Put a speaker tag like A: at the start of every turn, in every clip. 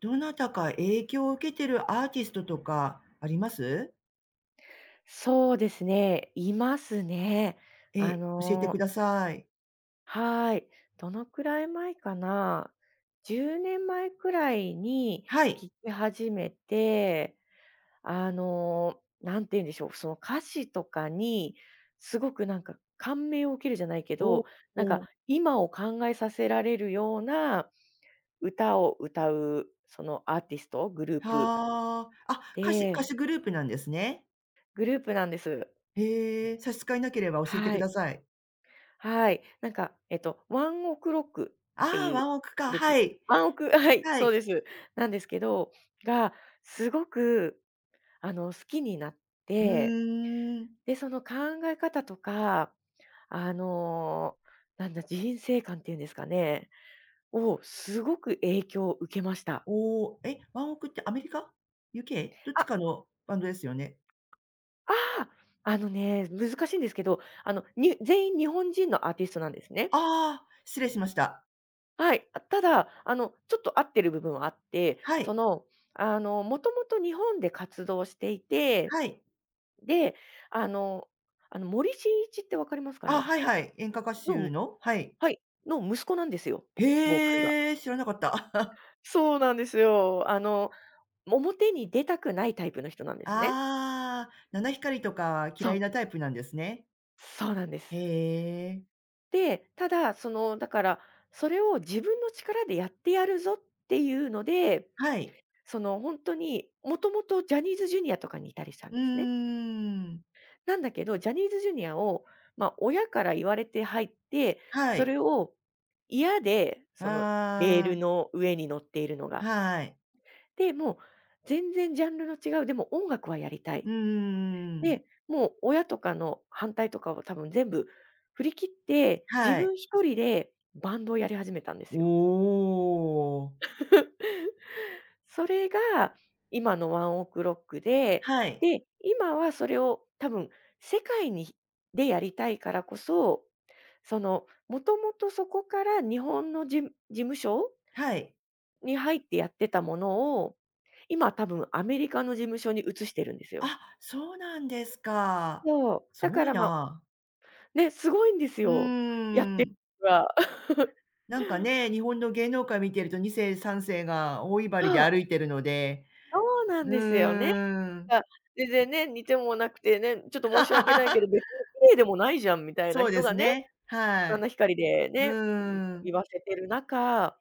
A: どなたか影響を受けてるアーティストとかあります？
B: そうですね、いますね。
A: え、
B: あ
A: 教えてく
B: の
A: だ
B: ー
A: さい。
B: はーい。どのくらい前かな、10年前くらいに
A: はい。
B: 聴き始めて、んて言うんでしょう、その歌詞とかに、すごくなんか感銘を受けるじゃないけ
A: お
B: ど、なんか
A: お、
B: 今を考えさせられるような歌を歌う、そのアーティスト、グループ
A: はあ。あ、歌手
B: で、
A: 歌手グループなんですね。
B: グループなんです。
A: へえ、差し支えなければ教えてく
B: は
A: だ
B: い。
A: さい。
B: はい。なんか、ワンオクロックって
A: ああ、
B: い
A: ワ
B: う
A: ンオクか、
B: グルー
A: は
B: プ。
A: い。
B: ワンオク はい、
A: は
B: そうで
A: い。
B: す。なんですけど、が、すごく、好きになっ
A: う
B: て、
A: ーん。
B: で、その考え方とか、あの、なんだ、人生観っていうんですかね、をすごく影響を受けました。
A: おお、え、ワンオクってアメリカ u けどっ
B: あ、
A: ちかのバンドですよね。
B: ああ、あのね、難しいんですけど、あの、に全員日本人のアーティストなんですね。
A: ああ、失礼しました。
B: はい、あ、ただ、あの、ちょっと合ってる部分はあって、
A: は
B: そ
A: い。
B: の、あの、もともと日本で活動していて、
A: はい。
B: で、あのあの、森進一ってわかりますか
A: あ、
B: ね？
A: はいはい。演歌歌手
B: の
A: の、はい。
B: はい、息子なんですよ、ボーカルが。
A: へえ、知らなかった。
B: そうなんですよ。あの、表に出たくないタイプの人なんですね。
A: ああ、七光りとか
B: そ
A: 嫌い
B: う、
A: なタイプなんですね。
B: そうなんです。
A: へえ。
B: で、ただ、その、だから、それを自分の力でやってやるぞっていうので、
A: はい。
B: その、本当に、もともとジャニーズジュニアとかにいたりしたん
A: うー
B: ですね。
A: ん。
B: なんだけど、ジャニーズ Jr. を、まあ、親から言われて入って、
A: は
B: そ
A: い。
B: れを嫌で、そのレール
A: あ
B: の上に乗っているの
A: あ、
B: が。
A: はい。
B: で、もう全然ジャンルの違う、でも音楽はやりた
A: うー
B: い。
A: ん。
B: で、もう親とかの反対とかを多分全部振り切って、自
A: はい。
B: 分一人でバンドをやり始めたんです
A: お
B: よ。
A: お。
B: それが今のワンオクロックで、
A: はい。
B: で、今はそれを多分世界にでやりたいからこそその、もともとそこから日本の事務所
A: はい。
B: に入ってやってたものを、今多分アメリカの事務所に移してるんですよ。
A: あ、そうなんですか。
B: そう、
A: す
B: だ
A: ご
B: か
A: い
B: ら、まあ、
A: な。
B: ね、すごいんです
A: うー
B: よ、やってる
A: ん。
B: ことが。
A: なんかね、日本の芸能界見てると2世3世が大威張りで
B: そう、
A: 歩いてるので。
B: そうなん
A: う
B: ですよね。
A: ーん。
B: あ全然ね、似てもなくてね、ちょっと申し訳ないけど、別 に綺麗でもないじゃんみたいな
A: そうで
B: 人
A: す
B: がね、
A: ね、は
B: あん
A: い。
B: な光で
A: う
B: ね、
A: ーん、
B: 言わせてる中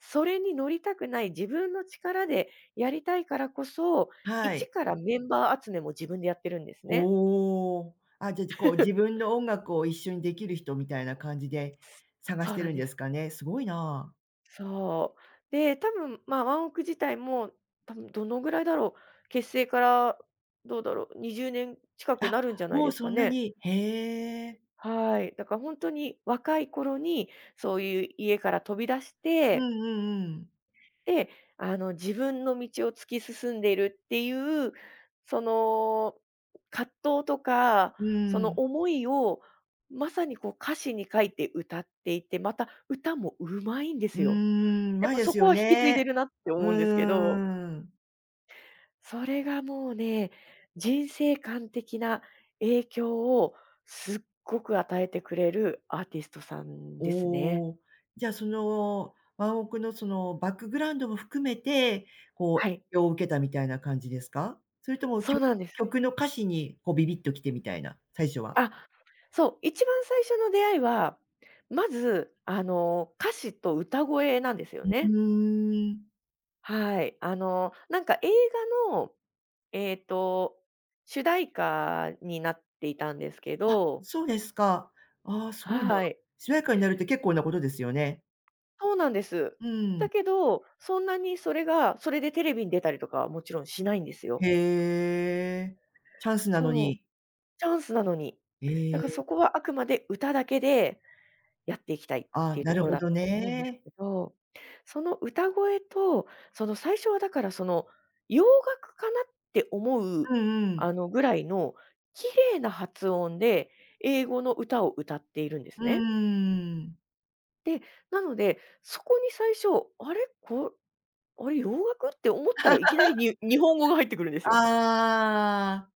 B: それに乗りたくない、自分の力でやりたいからこそ、
A: は
B: 一
A: い。
B: からメンバー集めも自分でやってるんですね。
A: おお。あ、じゃ、こう自 分の音楽を一緒にできる人みたいな感じで探し
B: そう
A: て
B: な
A: る
B: ん
A: ん
B: で
A: で
B: す。
A: すかね。すごいな。
B: そう。で、多分、まあ、ワンオク自体も、多分どのぐらいだろう、結成からどうだろう、20年近く
A: あ、
B: なるんじゃない
A: もう
B: です
A: そ
B: か
A: んな
B: ね。
A: に。へえ。
B: はい。だから本当に若い頃に、そういう家から飛び出し
A: うん
B: て
A: うんうん。
B: で、あの、自分の道を突き進んでいるっていう、その、葛藤とか、
A: う
B: その
A: ん。
B: 思いを、まさにこう歌詞に書いて歌っていて、また歌もうまいんで
A: う
B: す
A: ー
B: よ。
A: ん、
B: やっ
A: 前
B: ぱ
A: で
B: そ
A: す
B: こ
A: よ
B: は引き継い
A: ね。
B: でるなって
A: う
B: 思うんですけ
A: ー
B: ど、
A: ん。
B: それがもうね、人生観的な影響をすっごく与えてくれるアーティストさんですね。
A: おお。じゃあその、ワンオクのそのバックグラウンドも含めて、こう、
B: はい。
A: 影響を受けたみたいな感じですか？それともき
B: そ
A: ょ
B: うなんです。
A: 曲の歌詞にこうビビッときてみたいな、最初は。
B: あ、そう、一番最初の出会いは、まず、あの、歌詞と歌声なんですよ
A: う
B: ね。
A: ーん。
B: はい。あの、なんか映画の、えっと、主題歌になっていたんですけ
A: あ、
B: ど、
A: そうですか。ああ、すごいな。
B: はい。
A: しなやかになるって結構なことですよね。
B: そうなんです。
A: うん。
B: だけど、そんなにそれがそれでテレビに出たりとかはもちろんしないんですよ。
A: へえ。チャンスなの
B: そう、
A: に。
B: チャンスなのに。
A: え
B: だから
A: え。
B: そこはあくまで歌だけでやっていきたいっ
A: あ、
B: ていう
A: な
B: と
A: る
B: ころ
A: ほ
B: だっ
A: ど
B: たと思うんです
A: ね。
B: けど、その歌声と、その最初はだからその、洋楽かなって思う、
A: うんうん。
B: あの、ぐらいの綺麗な発音で英語の歌を歌っているんで
A: う
B: す
A: ー
B: ね。
A: ん。
B: で、なので、そこに最初、あれ、こあれ洋楽って思ったらいきなりに日本語が入ってくるんです
A: あ
B: よ。
A: あ。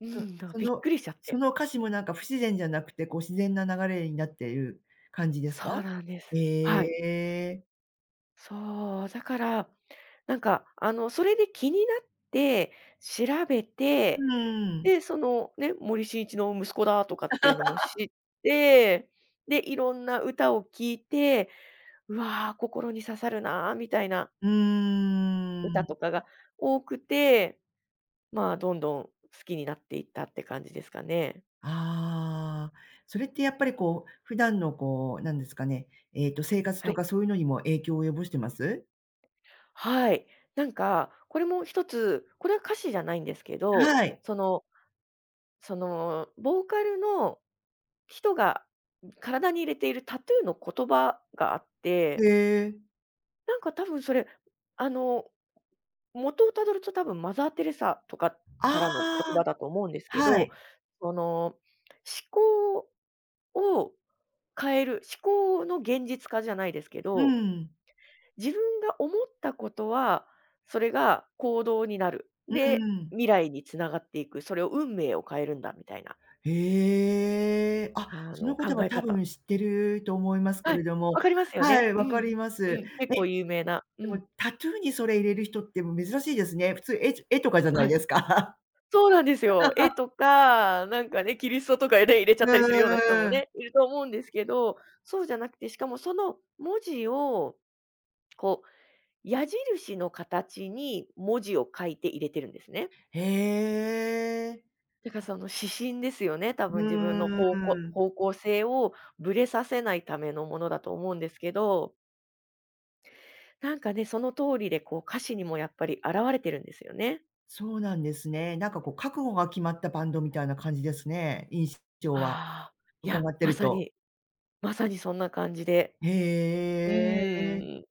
B: う
A: そ
B: ん、だか
A: そ
B: らびっ
A: の
B: くりしちゃっ
A: そ
B: て。
A: の歌詞もなんか不自然じゃなくて、こう自然な流れになっている感じです
B: そ
A: か？
B: うなんで
A: え
B: す。はい。
A: え。
B: そう、だからなんか、あの、それで気になって調べ
A: う
B: て、
A: ん。
B: で、そのね、森進一の息子だとかっていうのも知って、で、いろんな歌を聴いて、うわあ、心に刺さるなあみたいな
A: うー
B: 歌と
A: ん。
B: かが多くて、まあ、どんどん好きになっていったって感じですかね。
A: ああ、それってやっぱりこう、普段のこう、なんですかね、生活
B: は
A: と
B: い。
A: かそういうのにも影響を及ぼしてます？
B: はい。なんか、これも一つ、これは歌詞じゃないんですけど、
A: はい。
B: そのそのボーカルの人が体に入れているタトゥーの言葉があっ
A: へ
B: て、
A: え。
B: なんか多分それ、あの、元をたどると多分マザー・テレサとかか
A: あ
B: らの言
A: あ、
B: 葉だと思うんですけ
A: は
B: ど、
A: い。
B: その、思考を変える、思考の現実化じゃないですけ
A: う
B: ど、
A: ん。
B: 自分が思ったことは、それが行動になる。
A: う
B: で、
A: ん。
B: 未来につながっていく、それを運命を変えるんだみたいな、
A: へえ。あ、
B: あ
A: そ
B: の、
A: の言
B: 考
A: 葉
B: え
A: 多
B: 方
A: 分知ってると思いますけ
B: は
A: れ
B: い、
A: ども。
B: わかりますよ
A: は
B: ね。
A: い、
B: う
A: わか
B: ん。
A: りま
B: う
A: す。
B: ん、結
A: え、
B: 構有名な。う
A: で
B: ん。
A: もタトゥーにそれ入れる人っても珍しいですね。普通、絵とかじゃない
B: はい。
A: ですか。
B: そうなんですよ。絵とか、なんかね、キリストとかね、入れ ち
A: う
B: ゃったりするような人も
A: ーん。
B: ね、いると思うんですけど、そうじゃなくて、しかもその文字を、こう、矢印の形に文字を書いて入れてるんですね。
A: へえ。
B: だからその指針ですよね、多
A: う
B: 分自分の方向
A: ーん。
B: 方向性をぶれさせないためのものだと思うんですけど、なんかね、その通りでこう歌詞にもやっぱり現れてるんですよね。
A: そうなんですね。なんかこう覚悟が決まったバンドみたいな感じですね、印象は、
B: ああ、いや、
A: 伺ってると。
B: まさにそんな感じで。う
A: へえ。
B: ーん。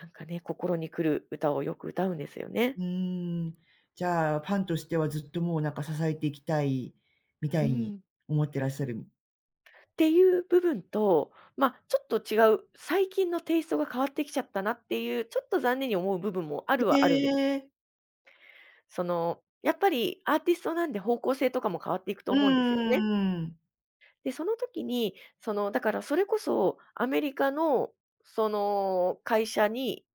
B: なんかね、心に来る歌をよく歌うんですよ
A: う
B: ね。
A: ーん。じゃあ、ファンとしてはずっともうなんか支えていきたいみた
B: う
A: いに
B: ん。
A: 思ってらっしゃる。
B: っていう部分と、まあ、ちょっと違う、最近のテイストが変わってきちゃったなっていう、ちょっと残念に思う部分もある
A: へ
B: はあるんです、
A: え。
B: その、やっぱりアーティストなんで方向性とかも変わっていくと
A: うー
B: 思うんですよね。
A: ん。
B: で、その時に、その、だからそれこそアメリカの、その、会社に、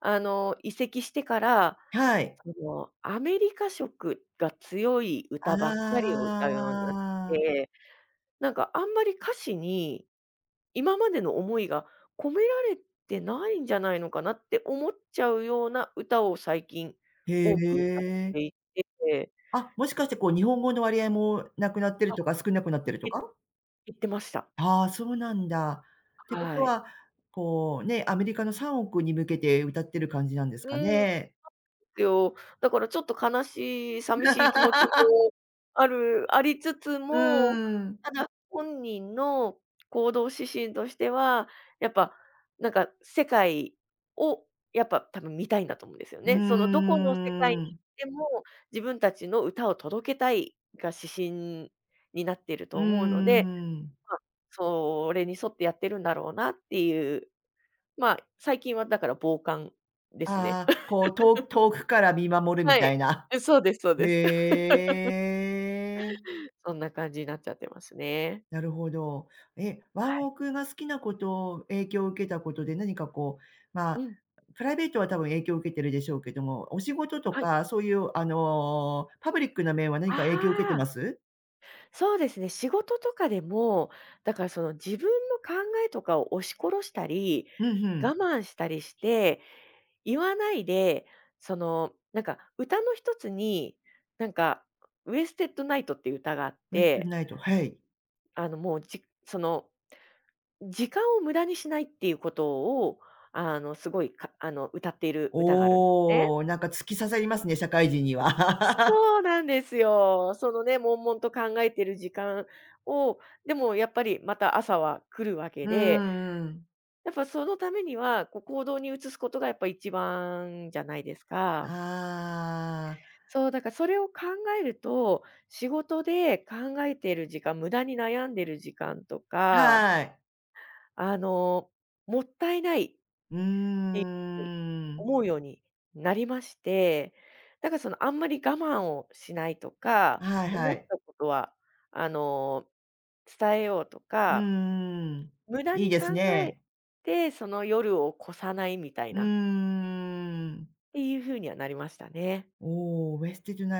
B: あの、移籍してからあ
A: はい。
B: の、アメリカ色が強い
A: あ
B: 歌ばっかりを歌うようになっ
A: あ。
B: て、なんかあんまり歌詞に、今までの思いが込められてないんじゃないのかなって思っちゃうような歌を最近
A: へ
B: 多く歌っ
A: え。
B: ていて、
A: あ、もしかしてこう日本語の割合もなくなってる
B: あ、
A: とか、少なくなってると
B: へ
A: か？
B: 減ってました。
A: ああ、そうなんだ。ってこと
B: はい。
A: は、こう、ね、アメリカの3億に向けて歌ってる感じなんですか
B: うん。
A: ね？
B: よ。だからちょっと悲しい、寂しい気持ちもあるありつつ
A: う
B: も、
A: ーん。
B: ただ本人の行動指針としては、やっぱなんか世界をやっぱ多分見たいんだと思うんですよ
A: うー
B: ね。そのどこの世界に
A: ん。
B: 行っても、自分たちの歌を届けたいが指針になっている
A: うー
B: と思うので、
A: ん。
B: まあ、それに沿ってやってるんだろうなっていう、まあ、最近はだから傍観ですね。
A: ああ、こう、遠くから見守るみ
B: は
A: た
B: い。
A: いな。
B: そうですそうです。
A: へえ。
B: そんな感じになっちゃってますね。
A: なるほど。え、ワン
B: は
A: オ
B: い。
A: クが好きなことを影響を受けたことで、何かこう、ま
B: う
A: あ、
B: ん。
A: プライベートは多分影響を受けてるでしょうけども、お仕事と
B: はい。
A: か、そういう、あの、パブリックな面は何
B: あ
A: か影響を受けてま
B: あ、
A: す？
B: そうですね。仕事とかでも、だからその自分の考えとかを押し殺したり、
A: うんうん。
B: 我慢したりして、言わないで、その、なんか歌の一つに、なんか、ウエステッドナイトっていう歌があっ
A: ウェスト
B: て、
A: ナイト、はい。
B: あのもうじその、時間を無駄にしないっていうことを、あのすごい、かあの歌っている歌があるんですね。
A: おお、なんか突き刺さりますね、社会人には。
B: そうなんですよ。そのね、悶々と考えてる時間を、でもやっぱりまた朝は来るわ け
A: う
B: で、
A: んうん。
B: やっぱそのためには、こう行動に移すことがやっぱ一番じゃないですか。
A: あ
B: そう、だからそれを考えると、仕事で考えている時間、無駄に悩んでる時間と
A: あ、
B: か、
A: はい。
B: あの、もったいない
A: う
B: て
A: ー
B: いうふうに
A: ん。
B: 思うようになりまして、だからそのあんまり我慢をしないとか、
A: はいは
B: 思っ
A: い。
B: たことはあの、伝えようと
A: うー
B: か、
A: ん。
B: 無駄
A: いい
B: に
A: で
B: 考
A: す
B: え
A: ね。
B: てその夜を越さないみたい
A: う
B: な
A: ーん。
B: っていう風にはなりましたね。
A: おお、Wasted n、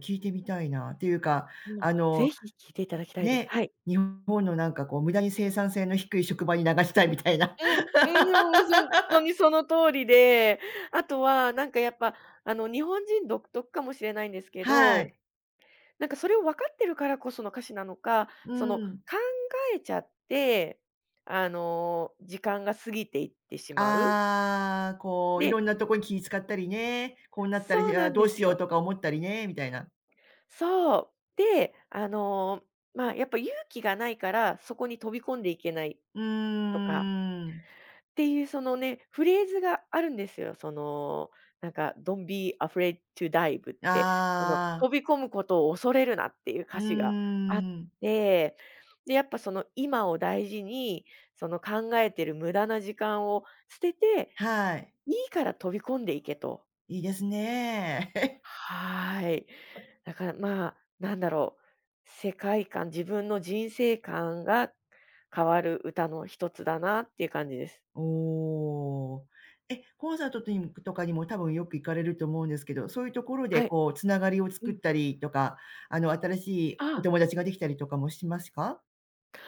A: 聞いてみたいな。っていうか、
B: もう、
A: あ
B: ぜ
A: の、
B: ひ聞いていただきたいです。
A: ね、
B: はい。
A: 日本のなんかこう無駄に生産性の低い職場に流したいみたいな。
B: うん、うん、もうほんとにその通りで、あとはなんかやっぱあの日本人独特かもしれないんですけ
A: は
B: ど、
A: い。
B: なんかそれを分かってるからこその歌詞なのか、
A: う
B: その、考
A: ん。
B: えちゃって、時間が過ぎていってしまう。
A: ああ、こういろ
B: で
A: んなとこに気使ったりね、こうなった
B: そ
A: り、
B: う
A: あ
B: な
A: ー
B: ん
A: ど
B: で
A: う
B: す
A: しよう
B: よ。
A: とか思ったりね、みたいな。
B: そう。で、まあ、やっぱ勇気がないから、そこに飛び込んでいけない
A: うー
B: とか
A: ん。
B: ていうそのね、フレーズがあるんですよ。その、なんか、Don't be afraid to dive って、その、
A: ああ、
B: 飛び込むことを恐れるなっていう
A: うー
B: 歌詞があっ
A: ん。
B: て、で、やっぱその今を大事に、その考えてる無駄な時間を捨てて、
A: はい。
B: いいから飛び込んでいけと。
A: いいですね。
B: はい。だからまあ、なんだろう、世界観、自分の人生観が変わる歌の一つだなっていう感じです。
A: おお。え、コンサートとかにも多分よく行かれると思うんですけど、そういうところで
B: はい。
A: こうつながりを
B: う
A: 作っ
B: ん。
A: たりとか、あの、新しい
B: あ
A: お
B: あ。
A: 友達ができたりとかもしますか？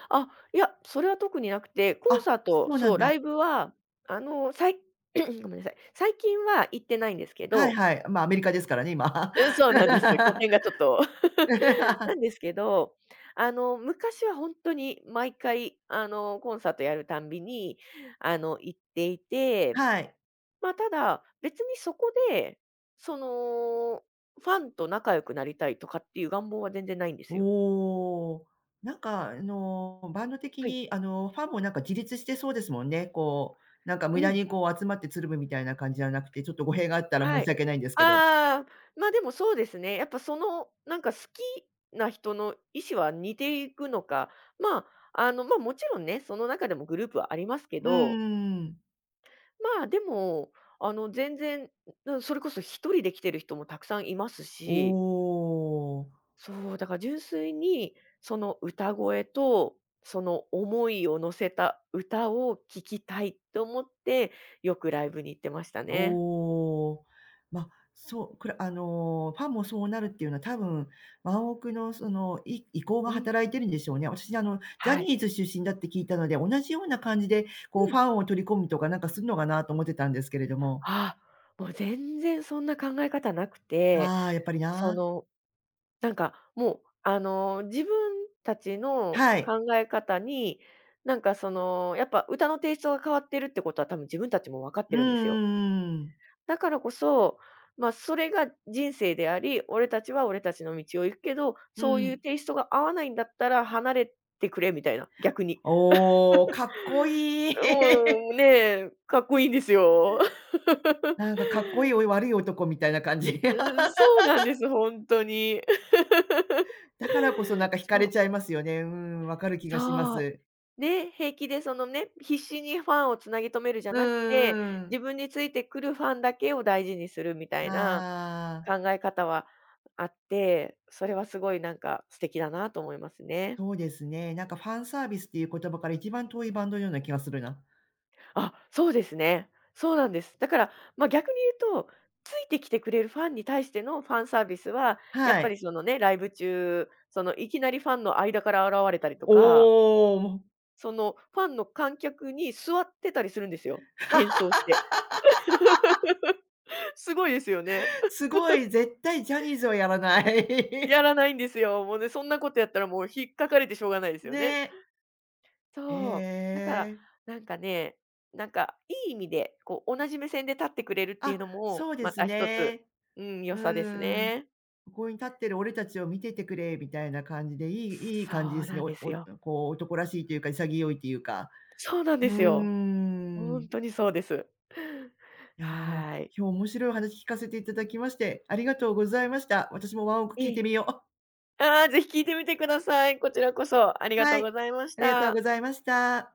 B: あ、いや、それは特になくて、コン
A: あ、
B: サート、
A: そうな
B: そ
A: ん
B: う、ラ
A: だ。
B: イブは、あの、さい ごめんなさい、最近は行ってないんですけ
A: はい
B: ど、
A: はい。ま、アメリカですからね、今。
B: うん、そうなんです。拠 点がちょっと なんですけど、あの、昔は本当に毎回、コンサートやるたんびに、行っていて、
A: はい。
B: まあ、ただ、別にそこで、その、ファンと仲良くなりたいとかっていう願望は全然ないんですよ。
A: おお。なんかバンド的
B: はい。
A: にファンもなんか自立してそうですもんね。こう、なんか無
B: う
A: 駄
B: ん。
A: にこう集まってつるむみたいな感じじゃなくて、ちょっと語弊があったら申
B: は
A: し
B: い。
A: 訳ないんですけど。
B: ああ、ま、でもそうですね。やっぱその、なんか好きな人の意思は似ていくのか、まあ、ま、もちろんね、その中でもグループはありますけ
A: うー
B: ど、
A: ん。
B: まあ、でも、全然、うん、それこそ一人で来てる人もたくさんいますし、
A: おお、
B: そう、だから純粋にその歌声と、その思いを乗せた歌を聴きたいと思って、よくライブに行ってましたね。
A: おお。ま、そう、くらあの、ファンもそうなるっていうのは、多分、ワンオクのその、意向が
B: うん、
A: 働いてるんでしょうね。私あの、ジャ
B: は
A: ニ
B: い。
A: ーズ出身だって聞いたので、同じような感じで、こう
B: う
A: フ
B: ん。
A: ァンを取り込むとかなんかするのかなと思ってたんですけれども。
B: あもう全然そんな考え方なくて、
A: ああ、やっぱり
B: そ
A: な。
B: の、なんかもう、自分たちの
A: はい。
B: 考え方に、なんかその、やっぱ歌のテイストが変わってるってことは多分自分たちも分かっ
A: う
B: て
A: んう
B: るんですよ。
A: んうんうん。
B: だからこそ、ま、それが人生であり、俺たちは俺たちの道を行くけど、
A: う
B: そういう
A: ん。
B: テイストが合わないんだったら離れてくれみたいな、逆に。
A: おお、かっこいい。
B: もうね、かっこいいんですよ。
A: なんかかっこいいお悪い男みたいな感じ。
B: うん、そうなんです、本当に。
A: だからこそなんか惹か
B: そ
A: れ
B: う。
A: ちゃいますよね。うん、わかる気がしま
B: そう。
A: す。
B: ね、平気でそのね、必死にファンをつなぎ止めるじゃ
A: う
B: なくて、
A: んうん、
B: 自分についてくるファンだけを大事にするみたいな
A: ああ、
B: 考え方はあって、それはすごいなんか素敵だなと思いますね。
A: そうですね。なんかファンサービスっていう言葉から一番遠いバンドのような気がするな。
B: あ、そうですね。そうなんです。だから、まあ、逆に言うと、ついてきてくれるファンに対してのファンサービスは、やっ
A: は
B: ぱ
A: い。
B: りそのね、ライブ中、そのいきなりファンの間から現れたりとか、
A: おお、
B: そのファンの観客に座ってたりするんですよ、変装して。すごいですよね。
A: すごい、絶対ジャニーズはやらない。
B: やらないんですよ。もうね、そんなことやったらもう引っかかれてしょうがないで すよね。
A: ねえ。え
B: そう。だから、
A: え。
B: なんかね、なんかいい意味で、こう同じ目線で立ってくれるってい
A: あ、
B: うのも、
A: そうで
B: ま
A: す
B: た一つ、
A: ね。
B: うん、良さです
A: うん。
B: ね。
A: ここに立ってる俺たちを見ててくれみたいな感じで、いい
B: そ
A: 感じで
B: う
A: すね。
B: なん
A: お
B: です
A: お、
B: よ。
A: こう男らしいというか、潔いというか。
B: そうなん
A: うー
B: ですよ。ほ
A: ん。
B: んとにそうです。
A: いやー、今
B: はい。
A: 日面白いお話聞かせていただきまして、ありがとうございました。私もワンオク聞
B: え
A: い
B: え。
A: てみよう。
B: ああ、ぜひ聞いてみてください。こちらこそありが
A: は
B: とう
A: い、
B: ございまし
A: ありがとうご
B: た。
A: ざいました。